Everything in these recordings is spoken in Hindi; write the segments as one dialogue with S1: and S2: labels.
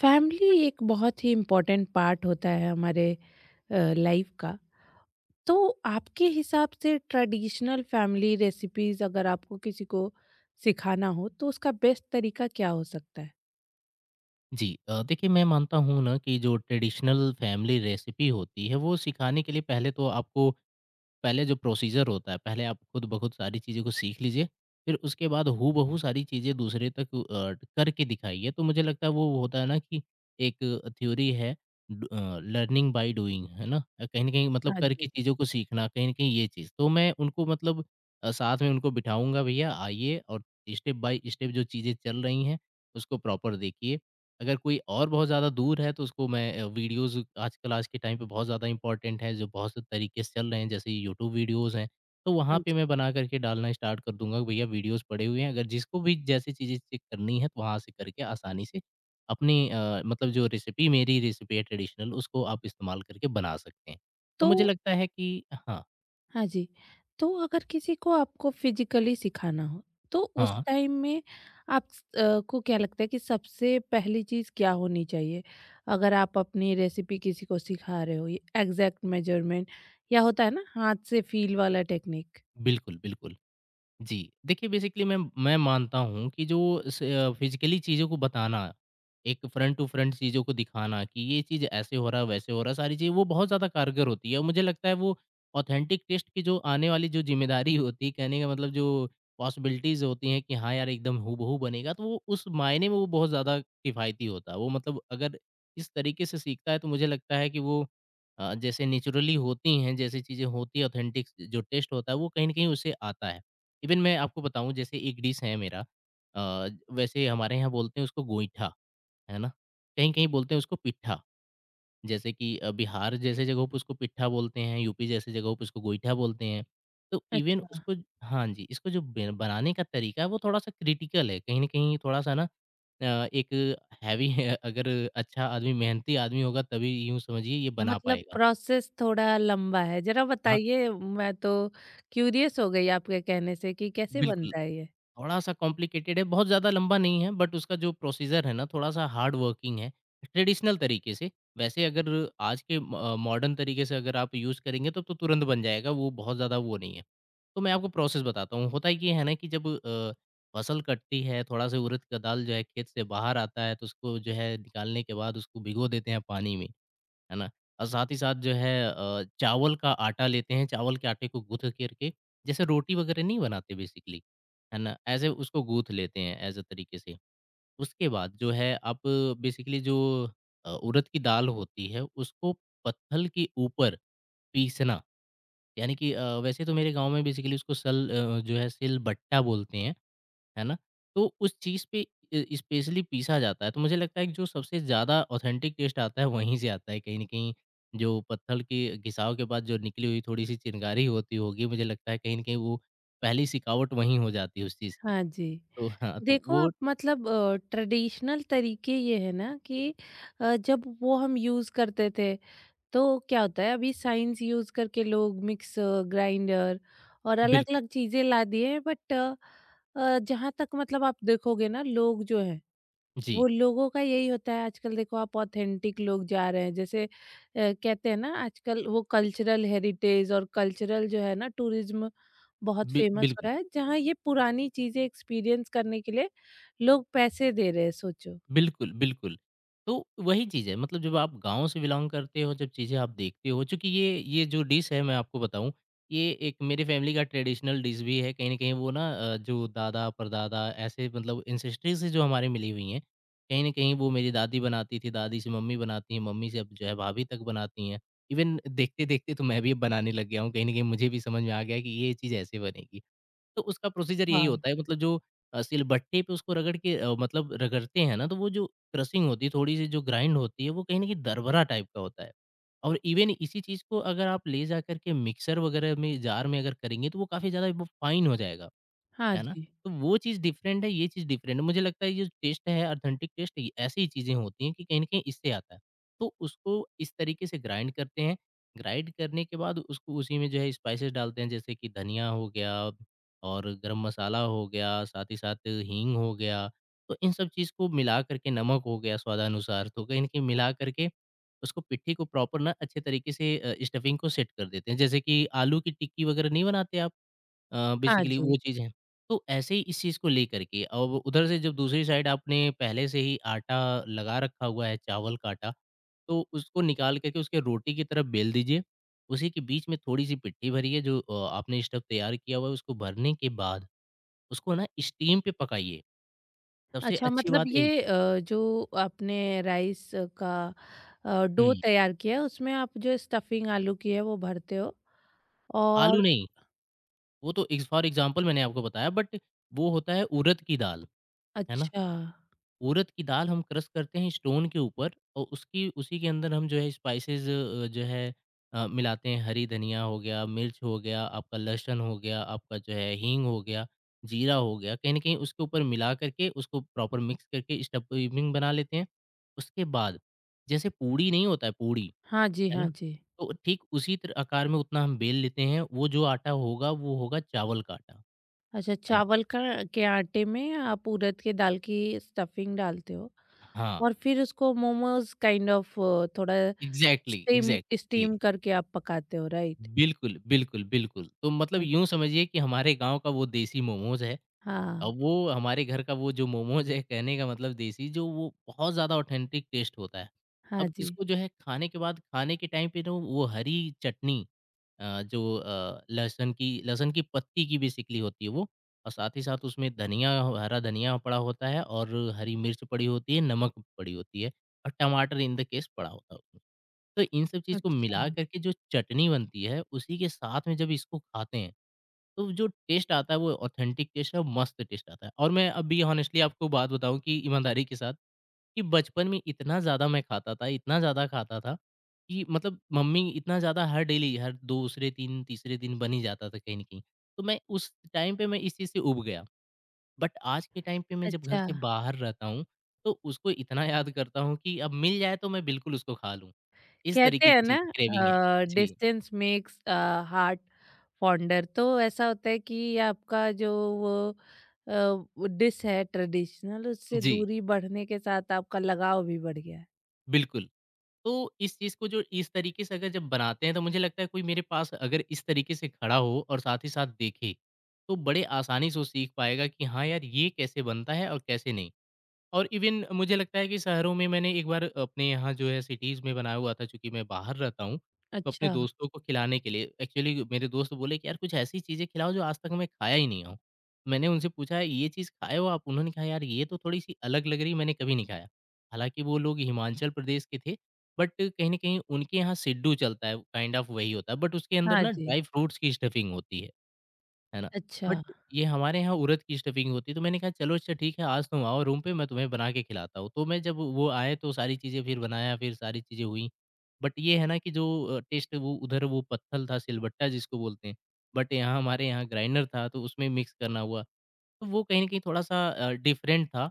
S1: फैमिली एक बहुत ही इम्पोर्टेंट पार्ट होता है हमारे लाइफ का। तो आपके हिसाब से ट्रेडिशनल फैमिली रेसिपीज अगर आपको किसी को सिखाना हो तो उसका बेस्ट तरीका क्या हो सकता है।
S2: जी देखिए, मैं मानता हूँ ना कि जो ट्रेडिशनल फैमिली रेसिपी होती है वो सिखाने के लिए पहले तो आपको पहले जो प्रोसीजर होता है पहले आप खुद ब खुद सारी चीज़ों को सीख लीजिए। फिर उसके बाद हूबहू बहू सारी चीज़ें दूसरे तक करके दिखाइए। तो मुझे लगता है वो होता है ना कि एक थ्योरी है, लर्निंग बाय डूइंग है ना। कहीं ना कहीं मतलब
S1: हाँ
S2: करके
S1: जी।
S2: चीज़ों को सीखना, कहीं ना कहीं ये चीज़ तो मैं उनको मतलब साथ में उनको बिठाऊंगा, भैया आइए और स्टेप बाय स्टेप जो चीज़ें चल रही हैं उसको प्रॉपर देखिए। अगर कोई और बहुत ज़्यादा दूर है तो उसको मैं वीडियोज़, आजकल आज के टाइम पे बहुत ज़्यादा इम्पोर्टेंट है, जो बहुत से तरीके से चल रहे हैं जैसे यूट्यूब वीडियोज़ हैं, तो वहाँ
S1: हाँ
S2: पे
S1: जी।
S2: मैं बना करके डालना स्टार्ट कर दूंगा कि भैया वीडियोज़ पड़े हुए हैं, अगर जिसको भी जैसी चीज़ें चेक करनी है तो वहाँ से करके आसानी से अपनी मतलब जो रेसिपी, मेरी रेसिपी है ट्रेडिशनल, उसको आप इस्तेमाल करके बना सकते हैं। तो मुझे
S1: तो
S2: लगता है कि हाँ।
S1: हाँ जी। तो अगर किसी को आपको फिज़िकली सिखाना हो, तो उस
S2: हाँ,
S1: टाइम में आप को क्या लगता है कि सबसे पहली चीज़ क्या होनी चाहिए? अगर आप अपनी रेसिपी किसी को सिखा रहे हो, ये एग्ज़ैक्ट मेज़रमेंट या होता है ना हाथ से फ़ील वाला टेक्निक?
S2: बिल्कुल बिल्कुल जी। देखिए बेसिकली मैं मानता हूँ कि जो फिज़िकली चीज़ों को बताना, एक फ्रंट टू फ्रंट चीज़ों को दिखाना कि ये चीज़ ऐसे हो रहा है, वैसे हो रहा है, सारी चीज़ें, वो बहुत ज़्यादा कारगर होती है। और मुझे लगता है वो ऑथेंटिक टेस्ट की जो आने वाली जो ज़िम्मेदारी होती है, कहने का मतलब जो पॉसिबिलिटीज़ होती हैं कि हाँ यार, एकदम हूबहू बनेगा, तो वो उस मायने में वो बहुत ज़्यादा किफ़ायती होता है। वो मतलब अगर इस तरीके से सीखता है तो मुझे लगता है कि वो जैसे नेचुरली होती हैं, जैसी चीज़ें होती हैं, ऑथेंटिक जो टेस्ट होता है, वो कहीं न कहीं उसे आता है। इवन मैं आपको बताऊँ, जैसे एक डिश है मेरा, अ, वैसे हमारे यहाँ बोलते हैं उसको गोईठा, है ना? कहीं-कहीं बोलते हैं उसको पिट्ठा। जैसे कि बिहार जैसे जगहों पे उसको पिट्ठा बोलते हैं, यूपी जैसे जगहों पे उसको गोईठा बोलते हैं। तो इवन
S1: अच्छा।
S2: उसको, हाँ जी, इसको जो बे बनाने का तरीका है वो थोड़ा-सा क्रिटिकल है। कहीं न कहीं थोड़ा-सा ना एक हैवी है। अगर अच्छा आदमी, मेहनती आदमी होगा तभी यूँ समझिए ये बना
S1: मतलब
S2: पाएगा।
S1: प्रोसेस थोड़ा लंबा है, ज़रा
S2: हाँ,
S1: बताइए, मैं तो क्यूरियस हो गई आपके कहने से कि कैसे
S2: बिल्कुल।
S1: बनता है ये?
S2: थोड़ा-सा कॉम्प्लिकेटेड है, बहुत ज़्यादा लंबा नहीं है बट उसका जो प्रोसीज़र है ना थोड़ा-सा हार्ड वर्किंग है, ट्रेडिशनल तरीके से। वैसे अगर आज के मॉडर्न तरीके से अगर आप यूज़ करेंगे तब तो तुरंत बन जाएगा, वो बहुत ज़्यादा वो नहीं है। तो मैं आपको प्रोसेस बताता हूँ, होता ये है ना कि जब फसल कटती है, थोड़ा-सा उड़द का दाल जो है खेत से बाहर आता है तो उसको जो है निकालने के बाद उसको भिगो देते हैं पानी में। है ना? और साथ ही साथ जो है चावल का आटा लेते हैं, चावल के आटे को गूँथ करके, जैसे रोटी वगैरह नहीं बनाते बेसिकली, है ना? ऐसे उसको गूँथ लेते हैं एज़ अ तरीके से। उसके बाद जो है आप बेसिकली जो उड़द की दाल होती है उसको पत्थल के ऊपर पीसना, यानी कि वैसे तो मेरे गाँव में बेसिकली उसको जो है सिलबट्टा बोलते हैं। है ना? तो उस चीज़ पे स्पेशली पीसा जाता है, तो मुझे लगता है कि जो सबसे ज़्यादा ऑथेंटिक टेस्ट आता है वहीं से आता है, कहीं न कहीं। जो पत्थर के घिसाव के बाद जो निकली हुई थोड़ी-सी चिनगारी होती होगी, मुझे लगता है कहीं न कहीं वो पहली सिकावट वहीं हो जाती है उस चीज़ की।
S1: हाँ जी।
S2: तो हाँ, तो
S1: देखो
S2: वो
S1: आप मतलब ट्रेडिशनल तरीके ये है ना कि जब वो हम यूज़ करते थे, तो क्या होता है अभी साइंस यूज़ करके लोग मिक्सर ग्राइंडर और अलग
S2: बिल्कुल।
S1: अलग चीज़ें ला दिए हैं। बट जहाँ तक मतलब आप देखोगे ना लोग जो है वो
S2: जी,
S1: लोगों का यही होता है। आजकल देखो आप ऑथेंटिक लोग जा रहे हैं, जैसे कहते हैं ना आजकल वो कल्चरल हेरिटेज और कल्चरल जो है ना टूरिज्म बहुत
S2: बि
S1: फेमस हो
S2: बिल्कुल।
S1: रहा है, जहाँ ये पुरानी चीजें एक्सपीरियंस करने के लिए लोग पैसे दे रहे हैं, सोचो।
S2: बिल्कुल, बिल्कुल। तो वही चीज़ है, मतलब जब आप गाँव से बिलॉन्ग करते हो, जब चीज़ें आप देखते हो। चूँकि ये जो डिश है मैं आपको बताऊँ, ये एक मेरी फैमिली का ट्रेडिशनल डिश भी है। कहीं न कहीं वो ना जो दादा-परदादा ऐसे मतलब एंसेस्ट्री से जो हमारे मिली हुई हैं। कहीं न कहीं वो मेरी दादी बनाती थी, दादी से मम्मी बनाती हैं, मम्मी से अब जो है भाभी तक बनाती हैं। इवन देखते-देखते तो मैं भी अब बनाने लग गया हूँ। कहीं न कहीं मुझे भी समझ में आ गया है कि ये चीज़ ऐसे बनेगी। तो उसका प्रोसीजर यही
S1: वाह।
S2: होता है, मतलब जो सिलबट्टे पे उसको रगड़ के, मतलब रगड़ते हैं ना, तो वो जो क्रशिंग होती है, थोड़ी-सी जो ग्राइंड होती है, वो कहीं न कहीं दरबरा टाइप का होता है। और इवन इसी चीज़ को अगर आप ले जा कर के मिक्सर वगैरह में, जार में अगर करेंगे, तो वो काफ़ी ज़्यादा वो फाइन हो जाएगा।
S1: हाँ
S2: है ना?
S1: जी।
S2: तो वो चीज़ डिफरेंट है, ये चीज़ डिफरेंट है। मुझे लगता है ये जो टेस्ट है ऑथेंटिक टेस्ट, ये ऐसी ही चीज़ें होती हैं कि कहीं न कहीं इससे आता है। तो उसको इस तरीके से ग्राइंड करते हैं, ग्राइंड करने के बाद उसको उसी में जो है स्पाइसेस डालते हैं, जैसे कि धनिया हो गया और गरम मसाला हो गया, साथ ही साथ हींग हो गया। तो इन सब चीज़ को मिला कर के नमक हो गया स्वादानुसार, तो कहीं न कहीं मिला कर के उसको, पिट्ठी को प्रॉपर ना अच्छे तरीके से स्टफिंग को सेट कर देते हैं। जैसे कि आलू की टिक्की वगैरह नहीं बनाते आप?
S1: हाँ
S2: बेसिकली
S1: जी।
S2: वो चीज़ है। तो ऐसे ही इस चीज़ को लेकर के अब उधर से जब दूसरी साइड आपने पहले से ही आटा लगा रखा हुआ है, चावल का आटा, तो उसको निकाल कर के उसके रोटी की तरह बेल दीजिए। उसी के बीच में थोड़ी-सी पिट्ठी भरिए, जो आपने स्टफ़ तैयार किया हुआ है उसको भरने के बाद उसको ना स्टीम पे पकाइए। सबसे
S1: अच्छा,
S2: अच्छी
S1: मतलब
S2: बात यही।
S1: ये जो आपने राइस का डो
S2: हुँ,
S1: तैयार किया है उसमें आप जो स्टफिंग आलू की है वो भरते हो?
S2: आलू
S1: और
S2: नहीं, वो तो इग्स फ़ॉर एग्ज़ाम्पल मैंने आपको बताया, बट वो होता है उड़द की दाल, है ना?
S1: अच्छा।
S2: उड़द की दाल हम क्रश करते हैं स्टोन के ऊपर और उसकी उसी के अंदर हम जो है स्पाइसेस, जो है मिलाते हैं, हरी धनिया हो गया, मिर्च हो गया आपका, लहसुन हो गया आपका, जो है हींग हो गया, जीरा हो गया, कहीं ना कहीं उसके ऊपर मिला करके उसको प्रॉपर मिक्स करके स्टफिंग बना लेते हैं। उसके बाद जैसे पूड़ी नहीं होता है पूड़ी,
S1: हाँ जी।
S2: है
S1: हाँ
S2: ना?
S1: जी।
S2: तो ठीक उसी आकार में उतना हम बेल लेते हैं। वो जो आटा होगा वो होगा चावल का आटा,
S1: अच्छा,
S2: है ना?
S1: चावल का के आटे में आप उड़द के दाल की स्टफिंग डालते हो
S2: हाँ,
S1: और फिर उसको मोमोज काइंड ऑफ थोड़ा
S2: एग्जैक्टली
S1: स्टीम
S2: एग्जैक्टली।
S1: स्टीम करके आप पकाते हो, राइट?
S2: बिल्कुल, बिल्कुल, बिल्कुल। तो मतलब यूँ
S1: अच्छा,
S2: समझिए कि हमारे गाँव का वो देसी मोमोज़ है,
S1: हाँ,
S2: और वो हमारे घर का वो जो मोमोज़ है, कहने का मतलब देसी, जो वो बहुत ज़्यादा ऑथेंटिक टेस्ट होता है।
S1: हाँ
S2: अब
S1: जी।
S2: इसको जो है खाने के बाद, खाने के टाइम पे ना वो हरी चटनी, लहसुन की, लहसुन की पत्ती की बेसिकली होती है वो, और साथ ही साथ उसमें धनिया, हरा धनिया पड़ा होता है और हरी मिर्च पड़ी होती है, नमक पड़ी होती है और टमाटर इन द केस पड़ा होता है। तो इन सब चीज़ को
S1: अच्छा,
S2: मिला करके जो चटनी बनती है, उसी के साथ में जब इसको खाते हैं, तो जो टेस्ट आता है वो ऑथेंटिक टेस्ट है, मस्त टेस्ट आता है। और मैं अभी हॉनेस्टली आपको बात बताऊँ कि ईमानदारी के साथ, कि बचपन में इतना ज़्यादा मैं खाता था, इतना ज़्यादा खाता था, कि मतलब मम्मी इतना ज़्यादा हर डेली, हर दूसरे दिन, तीसरे दिन बन ही जाता था कहीं न कहीं। तो मैं उस टाइम पे मैं इस चीज़ से ऊब गया। बट आज के टाइम पे मैं जब घर
S1: अच्छा।
S2: से बाहर रहता हूँ, तो उसको इतना याद करता हूँ कि अब मिल जाए तो मैं बिल्कुल उसको खा लूँ। इस
S1: कहते
S2: तरीके की
S1: हैं
S2: चीज़
S1: ना
S2: क्रेविंग है। जी,
S1: डिस्टेंस मेक्स हार्ट फॉन्डर। तो ऐसा होता है कि आपका जो वो अ, वो डिश है ट्रेडिशनल उससे
S2: जी,
S1: दूरी बढ़ने के साथ आपका लगाव भी बढ़ गया है।
S2: बिल्कुल। तो इस चीज़ को जो इस तरीके से अगर जब बनाते हैं तो मुझे लगता है कोई मेरे पास अगर इस तरीके से खड़ा हो और साथ ही साथ देखे, तो बड़े आसानी से वो सीख पाएगा कि हाँ यार, ये कैसे बनता है और कैसे नहीं। और इवन मुझे लगता है कि शहरों में मैंने एक बार अपने यहाँ जो है सिटीज़ में बनाया हुआ था, चूँकि मैं बाहर रहता हूँ, तो अपने
S1: अच्छा,
S2: दोस्तों को खिलाने के लिए, एक्चुअली मेरे दोस्त बोले कि यार कुछ ऐसी चीज़ें खिलाओ जो आज तक मैं खाया ही नहीं हूँ। मैंने उनसे पूछा ये चीज़ खाए हो आप? उन्होंने कहा यार ये तो थोड़ी-सी अलग लग रही, मैंने कभी नहीं खाया। हालाँकि वो लोग हिमाचल प्रदेश के थे, बट कहीं न कहीं उनके यहाँ सिड्डू चलता है, काइंड ऑफ वही होता है, बट उसके अंदर
S1: हाँ
S2: ना
S1: जी,
S2: ड्राई फ्रूट्स की स्टफिंग होती है। है ना?
S1: अच्छा।
S2: बट ये हमारे यहाँ उड़द की स्टफिंग होती है, तो मैंने कहा चलो अच्छा ठीक है आज तुम आओ रूम पे मैं तुम्हें बना के खिलाता हूँ। तो मैं जब वो आए तो सारी चीज़ें फिर बनाया, फिर सारी चीज़ें हुई। बट ये है ना कि जो टेस्ट वो उधर वो पत्थल था सिलबट्टा जिसको बोलते हैं, बट यहाँ हमारे यहाँ ग्राइंडर था तो उसमें मिक्स करना हुआ। तो वो कहीं न कहीं थोड़ा-सा डिफरेंट था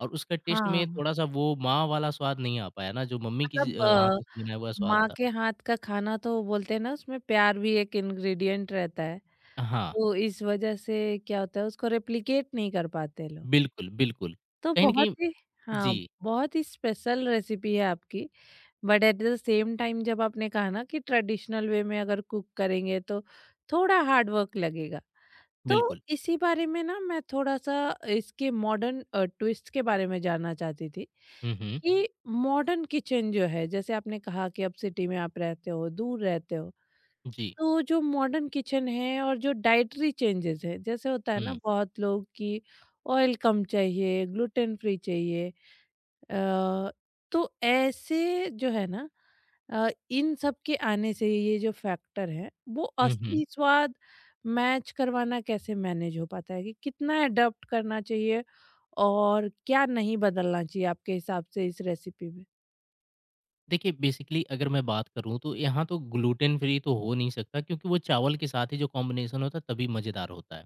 S2: और उसका टेस्ट में
S1: हाँ,
S2: थोड़ा-सा वो माँ वाला स्वाद नहीं आ पाया ना जो मम्मी की
S1: मतलब
S2: हाथों से बनाया हुआ स्वाद
S1: माँ
S2: था।
S1: के हाथ का खाना तो बोलते हैं ना उसमें प्यार भी एक इंग्रेडिएंट रहता है,
S2: हाँ,
S1: तो इस वजह से क्या होता है उसको रेप्लिकेट नहीं कर पाते लोग।
S2: बिल्कुल, बिल्कुल।
S1: तो
S2: कहीं न
S1: बहुत
S2: कहीं
S1: ही
S2: जी,
S1: हाँ, बहुत ही स्पेशल रेसिपी है आपकी, but at the same time जब आपने कहा ना कि ट्रेडिशनल वे में अगर कुक करेंगे तो थोड़ा हार्ड वर्क लगेगा। तो
S2: बिल्कुल।
S1: इसी बारे में ना मैं थोड़ा-सा इसके मॉडर्न ट्विस्ट के बारे में जानना चाहती थी
S2: हुँ, हुँ।
S1: कि मॉडर्न किचन जो है, जैसे आपने कहा कि अब सिटी में आप रहते हो, दूर रहते हो,
S2: जी।
S1: तो जो मॉडर्न किचन है और जो डाइटरी चेंजेस हैं, जैसे होता है ना
S2: हुँ।
S1: बहुत लोग कि ऑयल कम चाहिए, ग्लूटेन फ्री चाहिए, अ, तो ऐसे जो है ना इन सब के आने से ये जो फैक्टर है वो
S2: हुँ, हुँ।
S1: असली स्वाद मैच करवाना कैसे मैनेज हो पाता है कि कितना अडॉप्ट करना चाहिए और क्या नहीं बदलना चाहिए आपके हिसाब से इस रेसिपी में?
S2: देखिए बेसिकली अगर मैं बात करूँ तो यहाँ तो ग्लूटेन फ्री तो हो नहीं सकता क्योंकि वो चावल के साथ ही जो कॉम्बिनेशन होता है तभी मज़ेदार होता है।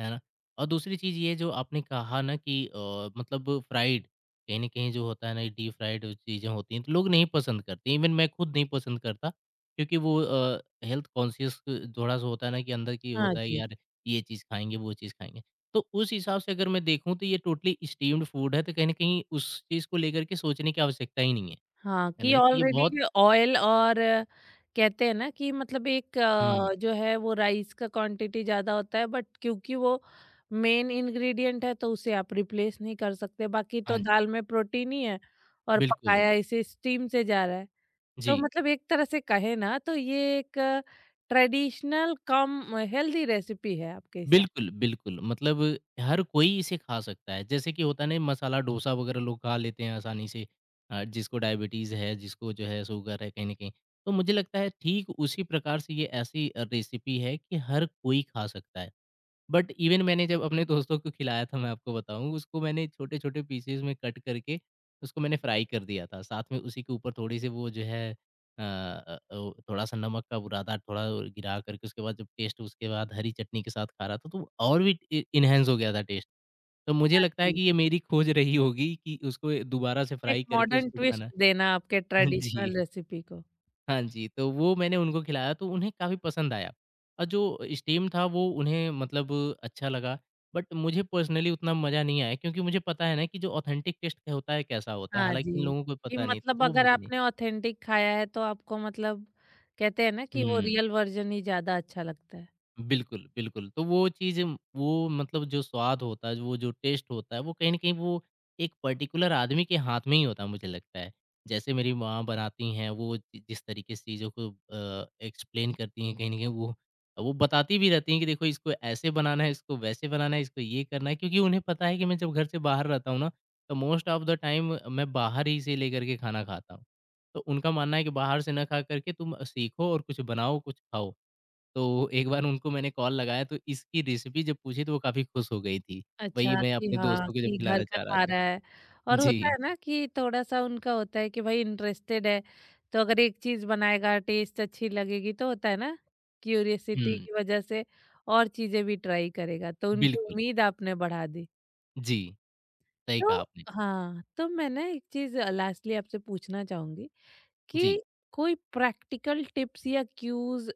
S2: है ना? और दूसरी चीज़ ये जो आपने कहा ना कि मतलब फ्राइड कहीं न कहीं जो होता है ना, ये डीप फ्राइड चीज़ें होती हैं, तो लोग नहीं पसंद करते। इवन मैं खुद नहीं पसंद करता क्योंकि वो हेल्थ कॉन्शियस थोड़ा-सा होता है ना कि अंदर की
S1: हाँ
S2: होता है
S1: जी।
S2: यार ये चीज़ खाएँगे, वो चीज़ खाएँगे। तो उस हिसाब से अगर मैं देखूँ तो ये टोटली स्टीम्ड फूड है, तो कहीं न कहीं उस चीज़ को लेकर के सोचने की आवश्यकता ही नहीं है।
S1: हाँ,
S2: है
S1: कि
S2: ना? कि ये
S1: ऑलरेडी
S2: बहुत
S1: ऑयल और कहते हैं ना कि मतलब एक
S2: हुँ,
S1: जो है वो राइस का क्वांटिटी ज़्यादा होता है बट क्योंकि वो मेन इंग्रेडिएंट है तो उसे आप रिप्लेस नहीं कर सकते। बाकी तो
S2: हाँ जी,
S1: दाल में प्रोटीन ही है और
S2: बिल्कुल।
S1: पकाया इसे स्टीम से जा रहा है। तो
S2: जी।
S1: मतलब एक तरह से कहे ना तो ये एक ट्रेडिशनल कम हेल्दी रेसिपी है आपके हिसाब।
S2: बिल्कुल, बिल्कुल। मतलब हर कोई इसे खा सकता है। जैसे कि होता नहीं मसाला डोसा वगैरह लोग खा लेते हैं आसानी से जिसको डायबिटीज़ है, जिसको जो है शुगर है कहीं न कहीं। तो मुझे लगता है ठीक उसी प्रकार से ये ऐसी रेसिपी है कि हर कोई खा सकता है। बट इवन मैंने जब अपने दोस्तों को खिलाया था मैं आपको बताऊँ, उसको मैंने छोटे-छोटे पीसेज़ में कट करके उसको मैंने फ्राई कर दिया था। साथ में उसी के ऊपर थोड़ी-सी वो जो है ओ थोड़ा-सा नमक का बुरादा थोड़ा और गिरा कर के उसके बाद जब टेस्ट उसके बाद हरी चटनी के साथ खा रहा था, तो वो और भी इ इन्हांस हो गया था टेस्ट। तो मुझे लगता है
S1: जी।
S2: कि ये मेरी खोज रही होगी कि उसको दोबारा से
S1: एक
S2: फ्राई करके
S1: मॉडर्न
S2: उसको
S1: ट्विस्ट
S2: खाना
S1: देना आपके
S2: जी।
S1: ट्रेडिशनल रेसिपी को।
S2: हाँ जी, तो वो मैंने उनको खिलाया तो उन्हें काफ़ी पसंद आया। और जो स्टीम था वो उन्हें मतलब अच्छा लगा, बट मुझे पर्सनली उतना मज़ा नहीं आया क्योंकि मुझे पता है ना कि जो ऑथेंटिक टेस्ट होता है कैसा होता है?
S1: हाँ
S2: हालाँकि इन
S1: जी,
S2: लोगों को
S1: कि
S2: पता नहीं था,
S1: मतलब
S2: तो वो
S1: अगर
S2: मुझे नहीं
S1: आपने ऑथेंटिक खाया है तो आपको मतलब कहते हैं ना कि वो
S2: हुँ।
S1: रियल वर्ज़न ही ज़्यादा अच्छा लगता है।
S2: बिल्कुल, बिल्कुल। तो वो चीज़ वो मतलब जो स्वाद होता है, वो जो टेस्ट होता है, वो कहीं न कहीं वो एक पर्टिकुलर आदमी के हाथ में ही होता है, मुझे लगता है। जैसे मेरी माँ बनाती हैं, वो जि जिस तरीके से चीज़ों को एक्सप्लेन करती हैं, कहीं न कहीं वो बताती भी रहती हैं कि देखो इसको ऐसे बनाना है, इसको वैसे बनाना है, इसको ये करना है, क्योंकि उन्हें पता है कि मैं जब घर से बाहर रहता हूँ ना, तो मोस्ट ऑफ द टाइम मैं बाहर ही से लेकर के खाना खाता हूँ। तो उनका मानना है कि बाहर से ना खा कर के तुम सीखो और कुछ बनाओ, कुछ खाओ। तो एक बार उनको मैंने कॉल लगाया तो इसकी रेसिपी जब पूछी तो वो काफ़ी खुश हो गई थी। वही
S1: अच्छा,
S2: मैं
S1: कि
S2: अपने
S1: हाँ,
S2: दोस्तों को जब
S1: कि घर
S2: खिलाना
S1: का
S2: चाह रहा
S1: खा
S2: था।
S1: रहा है। और होता
S2: जी।
S1: है ना कि थोड़ा-सा उनका होता है कि भाई इंटरेस्टेड है, तो अगर एक चीज़ बनाएगा, टेस्ट अच्छी लगेगी तो होता है ना, क्यूरियोसिटी
S2: हुँ,
S1: की वज़ह से और चीज़ें भी ट्राई करेगा, तो उनकी
S2: बिल्कुल।
S1: उम्मीद आपने बढ़ा दी।
S2: जी, सही कहा
S1: तो
S2: आपने।
S1: हाँ, तो मैं ना एक चीज़ लास्टली आपसे पूछना चाहूँगी
S2: जी।
S1: कि कोई प्रैक्टिकल टिप्स या क्यूज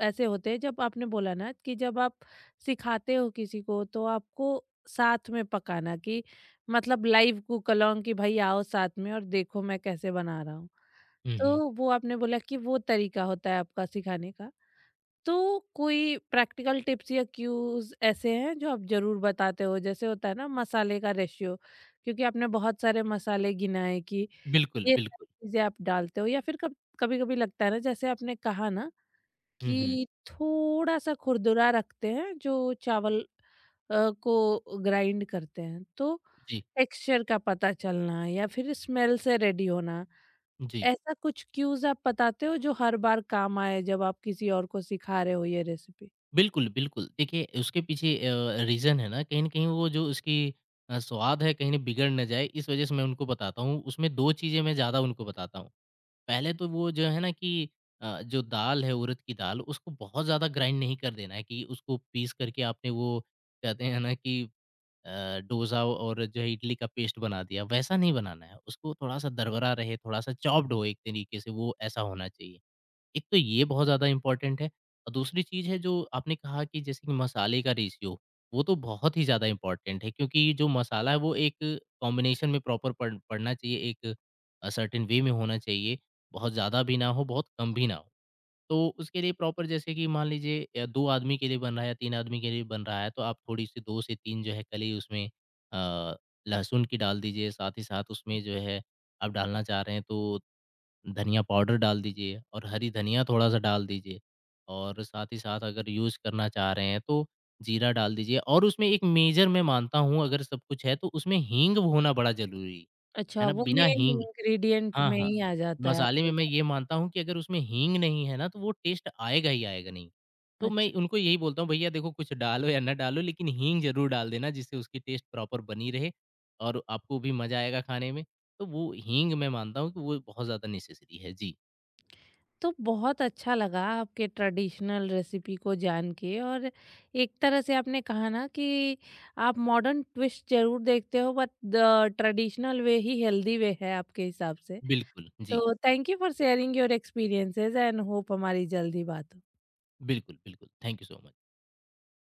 S1: ऐसे होते हैं। जब आपने बोला ना कि जब आप सिखाते हो किसी को तो आपको साथ में पकाना कि मतलब लाइव कुक अलोंग कि भाई आओ साथ में और देखो मैं कैसे बना रहा हूँ,
S2: हुँ, हुँ।
S1: तो वो आपने बोला कि वो तरीका होता है आपका सिखाने का। तो कोई प्रैक्टिकल टिप्स या क्यूज ऐसे हैं जो आप जरूर बताते हो, जैसे होता है ना मसाले का रेशियो, क्योंकि आपने बहुत सारे मसाले गिनाए कि
S2: बिल्कुल,
S1: ये
S2: बिल्कुल।
S1: सारी चीज़ें आप डालते हो, या फिर कब कभी-कभी लगता है ना जैसे आपने कहा ना
S2: हुँ, हुँ।
S1: कि थोड़ा-सा खुरदुरा रखते हैं जो चावल को ग्राइंड करते हैं तो
S2: जी,
S1: टेक्सचर का पता चलना या फिर स्मेल से रेडी होना,
S2: जी।
S1: ऐसा कुछ क्यूज़ आप बताते हो जो हर बार काम आए जब आप किसी और को सिखा रहे हो ये रेसिपी?
S2: बिल्कुल, बिल्कुल। देखिए उसके पीछे रीज़न है ना कहीं न कहीं वो जो उसकी स्वाद है कहीं न बिगड़ ना जाए इस वज़ह से मैं उनको बताता हूँ। उसमें 2 चीज़ें मैं ज़्यादा उनको बताता हूँ। पहले तो वो जो है ना कि जो दाल है उड़द की दाल उसको बहुत ज़्यादा ग्राइंड नहीं कर देना है कि उसको पीस करके आपने वो कहते हैं ना कि डोसा और जो है इडली का पेस्ट बना दिया वैसा नहीं बनाना है उसको थोड़ा सा दरदरा रहे थोड़ा सा चॉप्ड हो एक तरीके से वो ऐसा होना चाहिए एक तो ये बहुत ज़्यादा इम्पोर्टेंट है और दूसरी चीज़ है जो आपने कहा कि जैसे कि मसाले का रेशियो, वो तो बहुत ही ज़्यादा इम्पोर्टेंट है क्योंकि जो मसाला है वो एक कॉम्बिनेशन में प्रॉपर पड़ना चाहिए, एक सर्टेन वे में होना चाहिए, बहुत ज़्यादा भी ना हो, बहुत कम भी ना हो। तो उसके लिए प्रॉपर जैसे कि मान लीजिए 2 आदमी के लिए बन रहा है या 3 आदमी के लिए बन रहा है, तो आप थोड़ी-सी 2 से 3 जो है कली उसमें अ, लहसुन की डाल दीजिए, साथ ही साथ उसमें जो है आप डालना चाह रहे हैं तो धनिया पाउडर डाल दीजिए और हरी धनिया थोड़ा-सा डाल दीजिए और साथ ही साथ अगर यूज़ करना चाह रहे हैं तो जीरा डाल दीजिए और उसमें एक मेजर मैं मानता हूँ अगर सब कुछ है तो उसमें हींग होना बड़ा ज़रूरी है
S1: अच्छा,
S2: ना?
S1: वो
S2: बिना
S1: मेन
S2: हींग
S1: इंग्रीडिएंट
S2: हाँ,
S1: में
S2: हाँ।
S1: ही आ जाता है
S2: मसाले
S1: आपके।
S2: में मैं ये मानता हूँ कि अगर उसमें हींग नहीं है ना तो वो टेस्ट आएगा ही आएगा नहीं। तो मैं
S1: अच्छा।
S2: उनको यही बोलता हूँ भैया देखो कुछ डालो या ना डालो लेकिन हींग ज़रूर डाल देना जिससे उसकी टेस्ट प्रॉपर बनी रहे और आपको भी मज़ा आएगा खाने में। तो वो हींग मैं मानता हूँ कि वो बहुत ज़्यादा नेसेसरी है। जी।
S1: तो बहुत अच्छा लगा आपके ट्रेडिशनल रेसिपी को जान के। और एक तरह से आपने कहा ना कि आप मॉडर्न ट्विस्ट जरूर देखते हो बट द ट्रेडिशनल वे ही हेल्दी वे है आपके हिसाब से।
S2: बिल्कुल, जी।
S1: तो thank you for sharing your experiences and hope हमारी जल्दी बात हो।
S2: बिल्कुल, बिल्कुल। Thank you so much.